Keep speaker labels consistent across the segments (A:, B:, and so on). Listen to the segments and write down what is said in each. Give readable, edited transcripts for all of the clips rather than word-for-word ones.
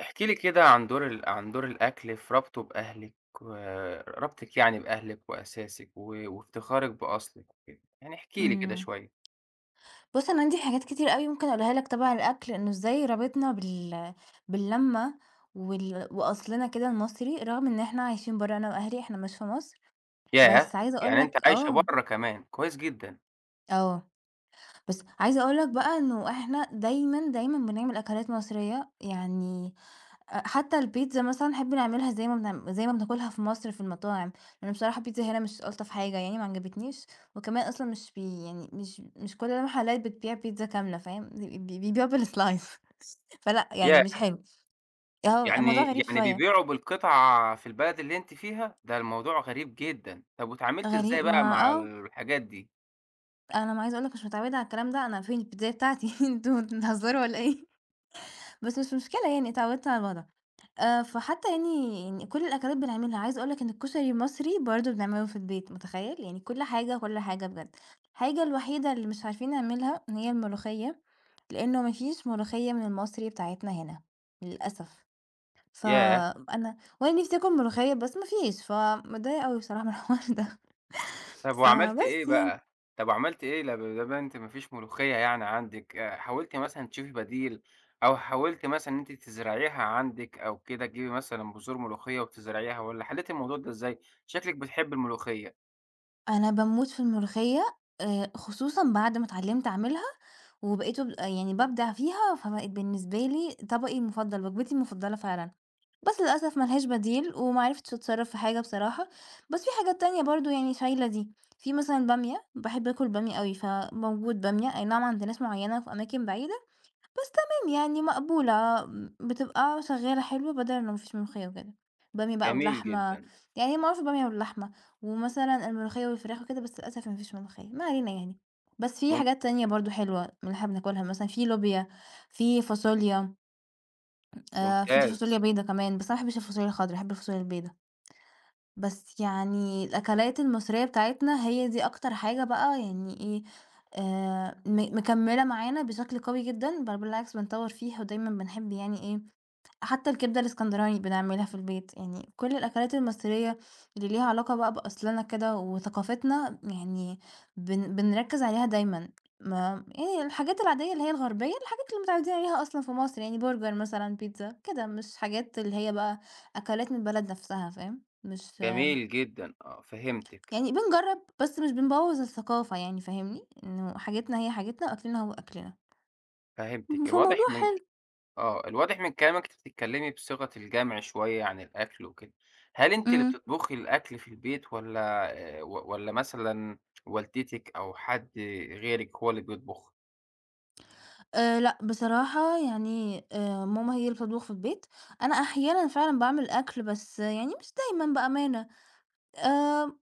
A: احكي لي كده عن دور الأكل في ربطه بأهلِك وربطِك، يعني بأهلِك وأساسِك وافتخارِك بأصلِك وكده، يعني احكي لي كده
B: إمم.
A: شوية.
B: بُص أنا عندي حاجات كتير أوي ممكن أقولها لك تبع الأكل، إنه إزاي رابطنا باللمة وأصلنا كده المصري، رغم إن إحنا عايشين برّه أنا وأهلي، إحنا مش في مصر،
A: ياه!
B: بس عايزة أقول
A: يعني أنتِ
B: لك
A: عايشة
B: آه،
A: برّه كمان، كويس جدًا.
B: آه، بس عايزة أقول لك بقى إنه إحنا دايمًا، دايمًا بنعمل أكلات مصرية، يعني حتى البيتزا مثلًا نحب نعملها زي ما بناكلها في مصر في المطاعم، لإن بصراحة البيتزا هنا مش ألطف حاجة يعني ما عجبتنيش، وكمان أصلًا مش بي يعني مش كل المحلات بتبيع بيتزا كاملة فاهم، بي بي بيبيعوا بالslice فلأ يعني مش
A: ياه!
B: حلو، آه الموضوع
A: يعني
B: غريب
A: يعني
B: شوية،
A: بيبيعوا بالقطعة في البلد اللي أنتِ فيها؟ ده الموضوع غريب جدًا. طب واتعاملتِ إزاي
B: غريب ما
A: بقى مع الحاجات دي؟
B: أنا ما عايزة أقول لك مش متعودة على الكلام ده، أنا فين البيتزاية بتاعتي أنتم بتهزروا والّا إيه؟ بس مش مشكلة يعني اتعودت على الوضع. فحتى يعني كل الأكلات بنعملها، عايزة أقول لك إن الكشري المصري برضه بنعمله في البيت، متخيّل؟ يعني كل حاجة، كل حاجة بجد. الحاجة الوحيدة اللي مش عارفين نعملها إن هي الملوخية، لإنه ما فيش ملوخية من المصري بتاعتنا هنا للأسف.
A: ياه!
B: فأنا نفسي آكل ملوخية بس ما فيش، فمتضايقة أوي بصراحة من الحوار ده.
A: طب وعملتِ إيه
B: فبس يعني،
A: بقى؟ طب وعملتِ إيه لما أنتِ ما فيش ملوخية يعني عندِك؟ حاولتِ مثلًا تشوفي بديل، أو حاولتِ مثلًا إن أنتِ تزرعيها عندِك أو كده، تجيبي مثلًا بذور ملوخية وتزرعيها، والّا حليتِ الموضوع ده إزاي؟ شكلِك بتحبي الملوخية.
B: أنا باموت في الملوخية خصوصًا بعد ما اتعلمت أعملها وبقيت يعني بابدع فيها، فبقت بالنسبة لي طبقي المفضل، وجبتي المفضلة فعلًا. بس للأسف ما لهاش بديل، وما عرفتش أتصرّف في حاجة بصراحة، بس في حاجات تانية برضه يعني شايلة دي. في مثلًا البامية، باحب آكل بامية أوي، فموجود بامية، أي نعم عند ناس معيّنة في أماكن بعيدة، بس تمام يعني مقبولة، بتبقى شغّالة حلو بدل لو ما فيش ملوخية وكده، بامية بقى
A: جميل
B: ولحمة،
A: جدًا.
B: يعني هي معروفة بالبامية واللحمة، ومثلًا الملوخية والفراخ وكده، بس للأسف ما فيش ملوخية، ما علينا يعني. بس في
A: مم.
B: حاجات تانية برضه حلوة من اللي إحنا بناكلها، مثلًا في لوبيا، في فاصوليا، في
A: ممتاز.
B: فاصوليا بيضا كمان، بس أنا ما باحبش الفاصوليا الخضرا، باحب الفاصوليا البيضا. بس يعني الأكلات المصرية بتاعتنا هي دي أكتر حاجة بقى يعني إيه مكملة معانا بشكل قوي جدا بل بالعكس بنطور فيها ودايما بنحب يعني إيه حتى الكبدة الإسكندراني بنعملها في البيت يعني كل الأكلات المصرية اللي ليها علاقة بقى بأصلنا كده وثقافتنا يعني بنركز عليها دايما ما يعني الحاجات العادية اللي هي الغربية الحاجات اللي متعودين عليها أصلا في مصر يعني برجر مثلا بيتزا كده مش حاجات اللي هي بقى أكلات من البلد نفسها فاهم مش
A: جميل جدًا. آه، فهمتِك.
B: يعني بنجرّب، بس مش بنبوّظ الثقافة يعني فاهمني، إنه حاجتنا هي حاجتنا وأكلنا هو أكلنا.
A: فهمتِك.
B: فموضوع حلو.
A: الواضح من كلامِك أنتِ بتتكلمي بصيغة الجمع شوية عن الأكل وكده. هل أنتِ اللي
B: إمم.
A: بتطبخي الأكل في البيت، والّا مثلًا والدتِك أو حد غيرِك هو اللي بيطبخ؟
B: لأ، بصراحة يعني ماما هي اللي بتطبخ في البيت، أنا أحيانًا فعلًا باعمل أكل بس يعني مش دايمًا بأمانة. آمم،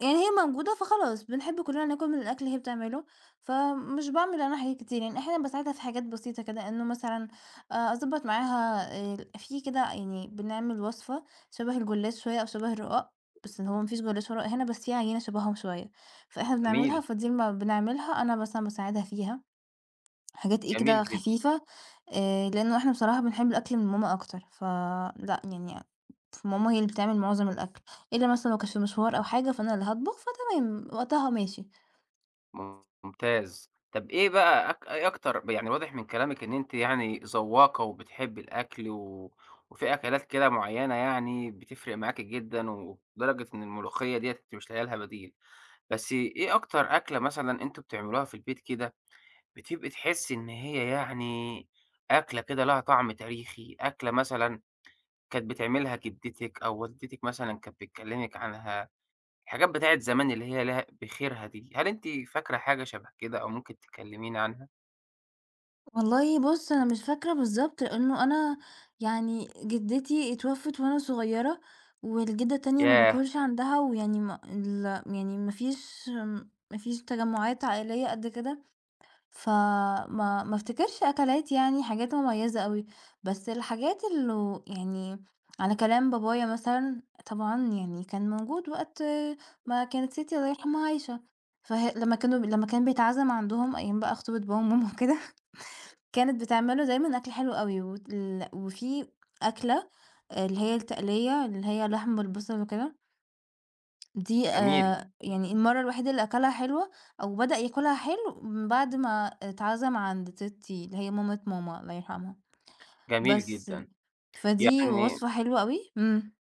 B: يعني هي موجودة فخلاص، بنحب كلّنا ناكل من الأكل اللي هي بتعمله، فمش باعمل أنا حاجات كتير، يعني أحيانًا باساعدها في حاجات بسيطة كده، إنه مثلًا أضبّط معاها في كده يعني بنعمل وصفة شبه الجلاش شوية أو شبه الرقاق، بس هو ما فيش جلاش ولا رقاق هنا، بس في عجينة شبههم شوية، فإحنا
A: جميل.
B: بنعملها فدي لمّا بنعملها أنا مثلًا باساعدها فيها. حاجات إيه
A: جميل
B: كده
A: جدًا.
B: خفيفة لإنه إحنا بصراحة بنحب الأكل من ماما أكتر، فلأ يعني ماما هي اللي بتعمل معظم الأكل، إلا مثلًا لو كانت في مشوار أو حاجة فأنا اللي هاطبخ، فتمام وقتها ماشي.
A: ممتاز. طَب إيه بقى إيه أكتر، يعني واضح من كلامِك إن أنتِ يعني ذواقة وبتحبي الأكل، وفي أكلات كده معيّنة يعني بتفرق معاكِ جدًا، ولدرجة إن الملوخية ديّة أنتِ مش لاقية لها بديل. بس إيه أكتر أكلة مثلًا أنتم بتعملوها في البيت كده، بتبقي تحسّي إن هي يعني أكلة كده لها طعم تاريخي؟ أكلة مثلًا كانت بتعملها جدتِك أو والدتِك مثلًا كانت بتكلّمِك عنها، الحاجات بتاعة زمان اللي هي لها بخيرها دي، هل أنتِ فاكرة حاجة شبه كده أو ممكن تكلّميني عنها؟
B: والله بُص أنا مش فاكرة بالضبط، لإنه أنا يعني جدتي اتوفت وأنا صغيرة، والجدة التانية ما
A: ياه!
B: باكلش عندها، ويعني ما ال يعني ما فيش تجمعات عائلية قد كده. فما ما افتكرش أكلات يعني حاجات مميزة أوي، بس الحاجات اللي يعني على كلام بابايا مثلًا طبعًا يعني كان موجود وقت ما كانت تيتي الله يرحمها عايشة، لمّا كان بيتعزم عندهم أيام بقى خطوبة بابا وماما وكده، كانت بتعمل له دايمًا أكل حلو أوي، وفي أكلة اللي هي التقلية اللي هي لحم بالبصل وكده دي
A: جميل.
B: يعني المرّة الوحيدة اللي أكلها حلوة أو بدأ ياكلها حلو من بعد ما اتعزم عند تيتي اللي هي مامة ماما الله يرحمها،
A: جميل
B: بس
A: جدًا.
B: فدي
A: يعني
B: وصفة حلوة أوي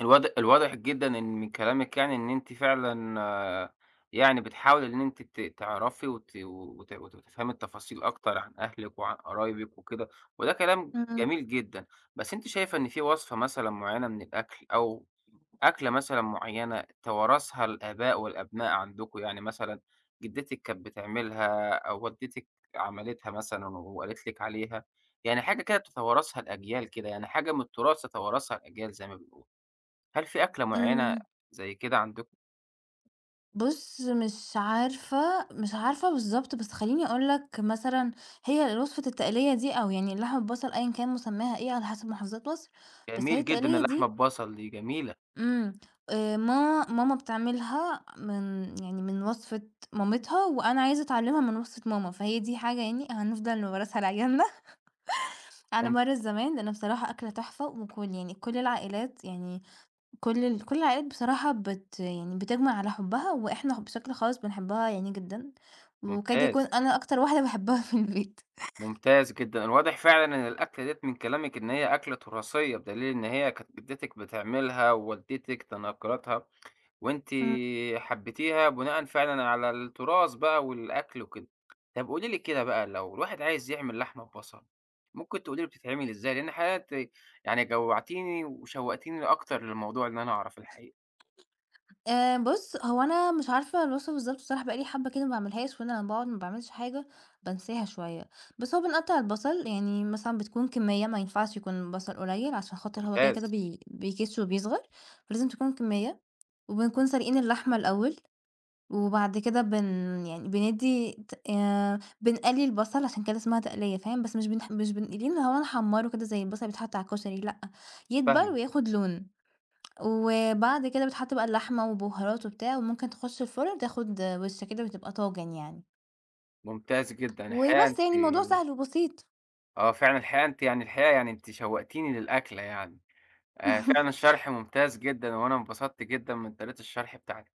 A: الواضح جدًا إن من كلامِك، يعني إن أنتِ فعلًا يعني بتحاولي إن أنتِ تعرفي وت وت وت وتفهمي التفاصيل أكتر عن أهلِك وعن قرايبِك وكده، وده كلام
B: إمم،
A: جميل جدًا. بس أنتِ شايفة إن في وصفة مثلًا معيّنة من الأكل، أو أكلة مثلًا معيّنة توارثها الآباء والأبناء عندكم؟ يعني مثلًا جدتِك كانت بتعملها، أو والدتِك عملتها مثلًا وقالت لِك عليها، يعني حاجة كده بتتوارثها الأجيال كده، يعني حاجة من التراث تتوارثها الأجيال زي ما بنقول. هل في أكلة معيّنة
B: إمم.
A: زي كده عندكم؟
B: بُص مش عارفة، مش عارفة بالضبط، بس خلّيني أقول لك مثلًا هي وصفة التقلية دي أو يعني اللحمة بالبصل أيًا كان مسماها إيه على حسب محافظات مصر، بس هي
A: جميل جدًا،
B: التقلية
A: اللحمة
B: دي
A: ببصل دي جميلة.
B: إمم، ماما بتعملها من وصفة مامتها، وأنا عايزة أتعلمها من وصفة ماما، فهي دي حاجة يعني هنفضل نورثها لعيالنا على
A: مم.
B: مَر الزمان، لأن بصراحة أكلة تحفة، وكل يعني كل العائلات يعني كل العائلات بصراحة يعني بتجمع على حُبّها، وإحنا بشكل خاص بنحبها يعني جدًا، وكاد يكون
A: ممتاز.
B: أنا أكتر واحدة باحبها في البيت.
A: ممتاز جدًا. الواضح فعلًا إن الأكلة ديّة من كلامِك إن هي أكلة تراثية، بدليل إن هي كانت جدتِك بتعملها ووالدتِك تناقلتها، وأنتِ
B: إمم.
A: حبيتيها بناءً فعلًا على التراث بقى والأكل وكده. طب قولي لي كده بقى، لو الواحد عايز يعمل لحمة ببصل، ممكن تقولي لي بتتعمل إزاي؟ لإن الحقيقة أنتِ يعني جوّعتيني وشوّقتيني أكتر للموضوع، إن أنا أعرف الحقيقة.
B: بُص، هو أنا مش عارفة الوصفة بالضبط بصراحة بقى لي حبّة كده ما باعملهاش، وأنا لمّا باقعد ما باعملش حاجة بانساها شوية، بس هو بنقطّع البصل يعني مثلًا بتكون كمّية ما ينفعش يكون بصل قليل عشان خاطر هو كده، كده
A: ممتاز،
B: بيكِش وبيصغر، فلازم تكون كمّية، وبنكون سالقين اللحمة الأول، وبعد كده يعني بندّي ت بنقلّي البصل عشان كده اسمها تقلية فاهم، بس مش بنقليه اللي هو نحمّره كده زي البصل اللي بيتحط على الكشري لأ، يدبل
A: فاهمِك.
B: وياخد لون. وبعد كده بتحط بقى اللحمة وبهارات وبتاع وممكن تخش الفرن تاخد وش كده وتبقى طاجن يعني،
A: ممتاز جدًا. الحقيقة
B: وبس
A: أنتِ
B: يعني الموضوع سهل وبسيط.
A: فعلًا، الحقيقة أنتِ يعني الحقيقة، يعني أنتِ شوّقتيني للأكلة يعني. فعلًا الشرح ممتاز جدًا، وأنا انبسطت جدًا من طريقة الشرح بتاعتِك.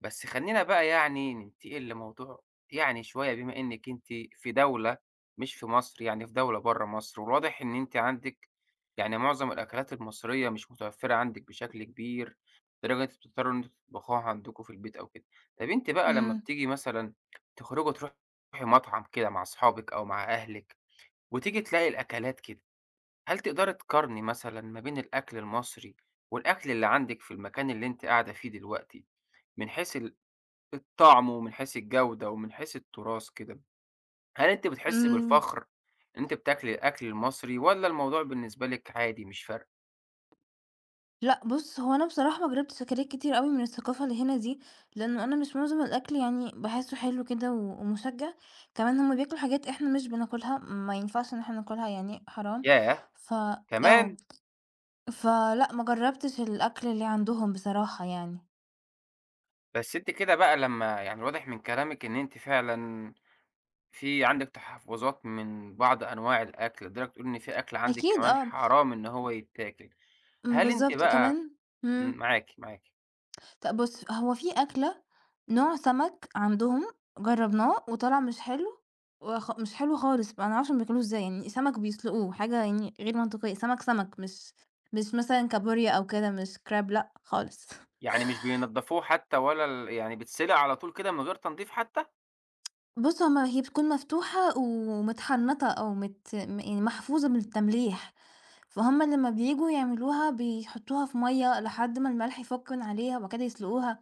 A: بس خلّينا بقى يعني ننتقل لموضوع يعني شوية، بما إنِّك أنتِ في دولة مش في مصر، يعني في دولة برّه مصر، والواضح إن أنتِ عندِك يعني معظم الأكلات المصرية مش متوفّرة عندِك بشكل كبير، لدرجة أنتم بتضطروا إن أنتم تطبخوها عندكم في البيت أو كده. طَب أنتِ بقى لمّا
B: إمم،
A: بتيجي مثلًا تخرجوا تروحي مطعم كده مع أصحابِك أو مع أهلِك، وتيجي تلاقي الأكلات كده، هل تقدري تقارني مثلًا ما بين الأكل المصري والأكل اللي عندِك في المكان اللي أنتِ قاعدة فيه دلوقتي، من حيث الطعم ومن حيث الجودة ومن حيث التراث كده، هل أنتِ بتحسّي
B: إمم،
A: بالفخر إن أنتِ بتاكلي الأكل المصري، والّا الموضوع بالنسبة لِك عادي مش فارقة؟
B: لأ بُص هو أنا بصراحة ما جربتش أكلات كتير أوي من الثقافة اللي هنا دي، لأنه أنا مش معظم الأكل يعني باحسه حلو كده و ومشجّع، كمان هُم بياكلوا حاجات إحنا مش بناكلها، ما ينفعش إن إحنا ناكلها يعني حرام،
A: ياه!
B: ف آه،
A: كمان!
B: فلأ ما جربتش الأكل اللي عندهم بصراحة يعني،
A: بس أنتِ كده بقى، لمّا يعني واضح من كلامِك إن أنتِ فعلًا في عندِك تحفُّظات من بعض أنواع الأكل، لدرجة بتقولي إن في أكل عندِك
B: أكيد
A: كمان
B: آه،
A: حرام إن هو يتاكل، هل أنتِ
B: بالضبط
A: بقى؟
B: كمان إمم.
A: معاكِ، معاكِ.
B: بُص، هو في أكلة نوع سمك عندهم جرّبناه وطلع مش حلو مش حلو خالص، ما نعرفش هُم بياكلوه إزاي، يعني سمك بيسلقوه حاجة يعني غير منطقية، سمك، سمك مش مثلًا كابوريا أو كده، مش crab لأ خالص.
A: يعني مش بينضّفوه حتى، ولا يعني بيتسلق على طول كده من غير تنضيف حتى؟
B: بُص، هي بتكون مفتوحة ومتحنطة أو مت م يعني محفوظة من التمليح، فهُم لمّا بييجوا يعملوها بيحطوها في مَيّة لحد ما الملح يفُك من عليها وبعد كده يسلقوها،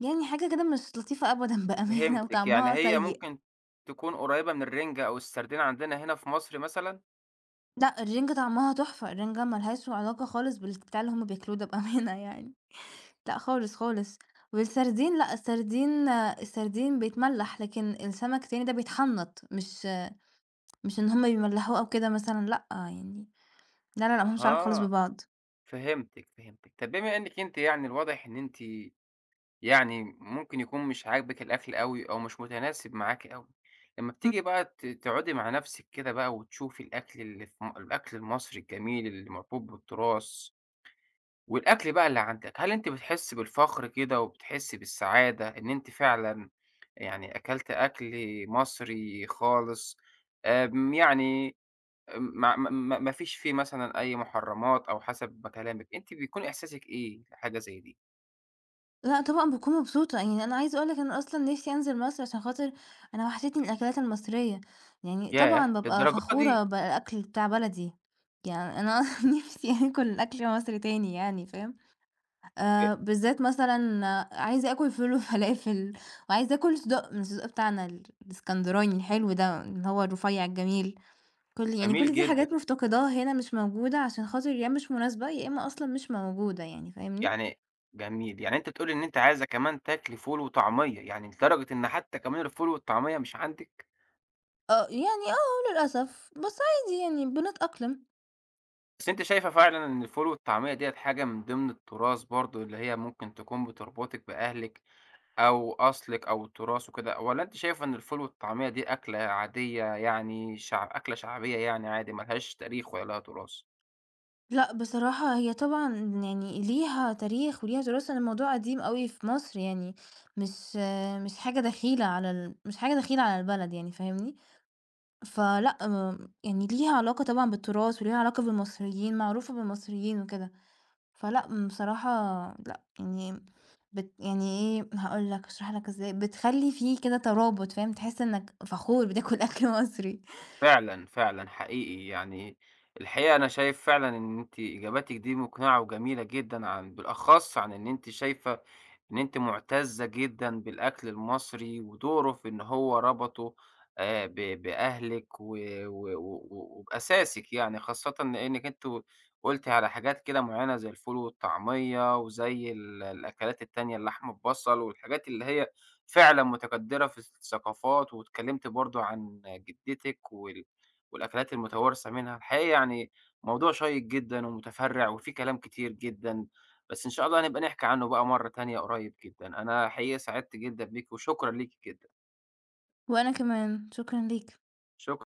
B: يعني حاجة كده مش لطيفة أبدًا بأمانة
A: فهمتِك، يعني
B: وطعمها
A: هي
B: سيء.
A: ممكن تكون قريّبة من الرنجة أو السردين عندنا هنا في مصر مثلًا؟
B: لأ، الرنجة طعمها تحفة، الرنجة ما لهاش علاقة خالص بالبتاع اللي هُم بياكلوه ده بأمانة يعني، لأ خالص، خالص. والسردين لأ، السردين بيتملّح، لكن السمك التاني ده بيتحنّط، مش إن هُم بيملّحوه أو كده مثلًا لأ، يعني لا، لا، لأ، ما لهمش علاقة خالص
A: أها،
B: ببعض.
A: فهمتِك، فهمتِك. طب بما إنِّك أنتِ، يعني الواضح إن أنتِ يعني ممكن يكون مش عاجبِك الأكل أوي، أو مش متناسب معاكِ أوي، لمّا
B: إمم.
A: بتيجي بقى تقعدي مع نَفْسِك كده بقى، وتشوفي الأكل المصري الجميل اللي مربوط بالتراث، والأكل بقى اللي عندك، هل أنتِ بتحسّي بالفخر كده وبتحسّي بالسعادة إن أنتِ فعلًا يعني أكلتِ أكل مصري خالص، يعني ما فيش فيه مثلًا أي محرّمات أو حسب ما كلامِك، أنتِ بيكون إحساسِك إيه لحاجة زي دي؟
B: لأ، طبعًا باكون مبسوطة، يعني أنا عايزة أقول لك أنا أصلًا نِفْسي أنزل مصر عشان خاطر أنا وحشتني الأكلات المصرية، يعني
A: ياه!
B: طبعًا بابقى
A: للدرجة دي!
B: فخورة بالأكل بتاع بلدي، يعني أنا أصلًا نِفْسي آكل أكل مصري تاني يعني، فاهم؟
A: ج
B: بالذات مثلًا عايزة آكل فول وفلافل وعايزة آكل صدق من الصدق بتاعنا الإسكندراني الحلو ده، اللي هو الرفيّع الجميل، كل يعني
A: جميل
B: كل دي
A: جدًا.
B: حاجات مفتقداها هنا مش موجودة عشان خاطر يا مش مناسبة، يا إمّا أصلًا مش موجودة يعني فاهمني؟
A: يعني جميل، يعني أنتِ بتقولي إن أنتِ عايزة كمان تاكلي فول وطعمية، يعني لدرجة إن حتى كمان الفول والطعمية مش عندِك؟
B: آه، يعني آه للأسف، بس عادي يعني بنتأقلم.
A: بس أنتِ شايفة فعلًا إن الفول والطعمية ديّة حاجة من ضمن التراث برضه، اللي هي ممكن تكون بتربطِك بأهلِك أو أصلِك أو التراث وكده، والّا أنتِ شايفة إن الفول والطعمية دي أكلة عادية، يعني أكلة شعبية، يعني عادي ما لهاش تاريخ ولا لها تراث؟
B: لأ بصراحة هي طبعًا يعني ليها تاريخ وليها تراث، لإن الموضوع قديم أوي في مصر يعني، مش حاجة دخيلة على البلد يعني فاهمني؟ فلأ، يعني ليها علاقة طبعًا بالتراث وليها علاقة بالمصريين، معروفة بالمصريين وكده، فلأ، بصراحة لأ، يعني يعني إيه، هاقول لك هاشرح لك إزاي، بتخلّي في كده ترابط، فاهم، تحس إنك فخور بتاكل أكل مصري.
A: فعلًا، فعلًا حقيقي. يعني الحقيقة أنا شايف فعلًا إن أنتِ إجاباتِك دي مقنعة وجميلة جدًا، بالأخص عن إن أنتِ شايفة إن أنتِ مُعتزة جدًا بالأكل المصري ودوره في إن هو ربطه ب بأهلِك و و و وبأساسِك يعني، خاصةً لإنِّك أنتِ قُلتِ على حاجات كده معيّنة زي الفول والطعمية، وزي الأكلات التانية، اللحمة ببصل والحاجات اللي هي فعلًا متكدِّرة في الثقافات، واتكلّمتِ برضه عن جدتِك والأكلات المتوارثة منها. الحقيقة يعني موضوع شيّق جدًا ومتفرّع، وفيه كلام كتير جدًا. بس إن شاء الله هنبقى نحكي عنه بقى مرّة تانية قريب جدًا، أنا حقيقي سعدت جدًا بيك وشكرًا ليكِ جدًا.
B: وأنا كمان، شكرًا ليك.
A: شك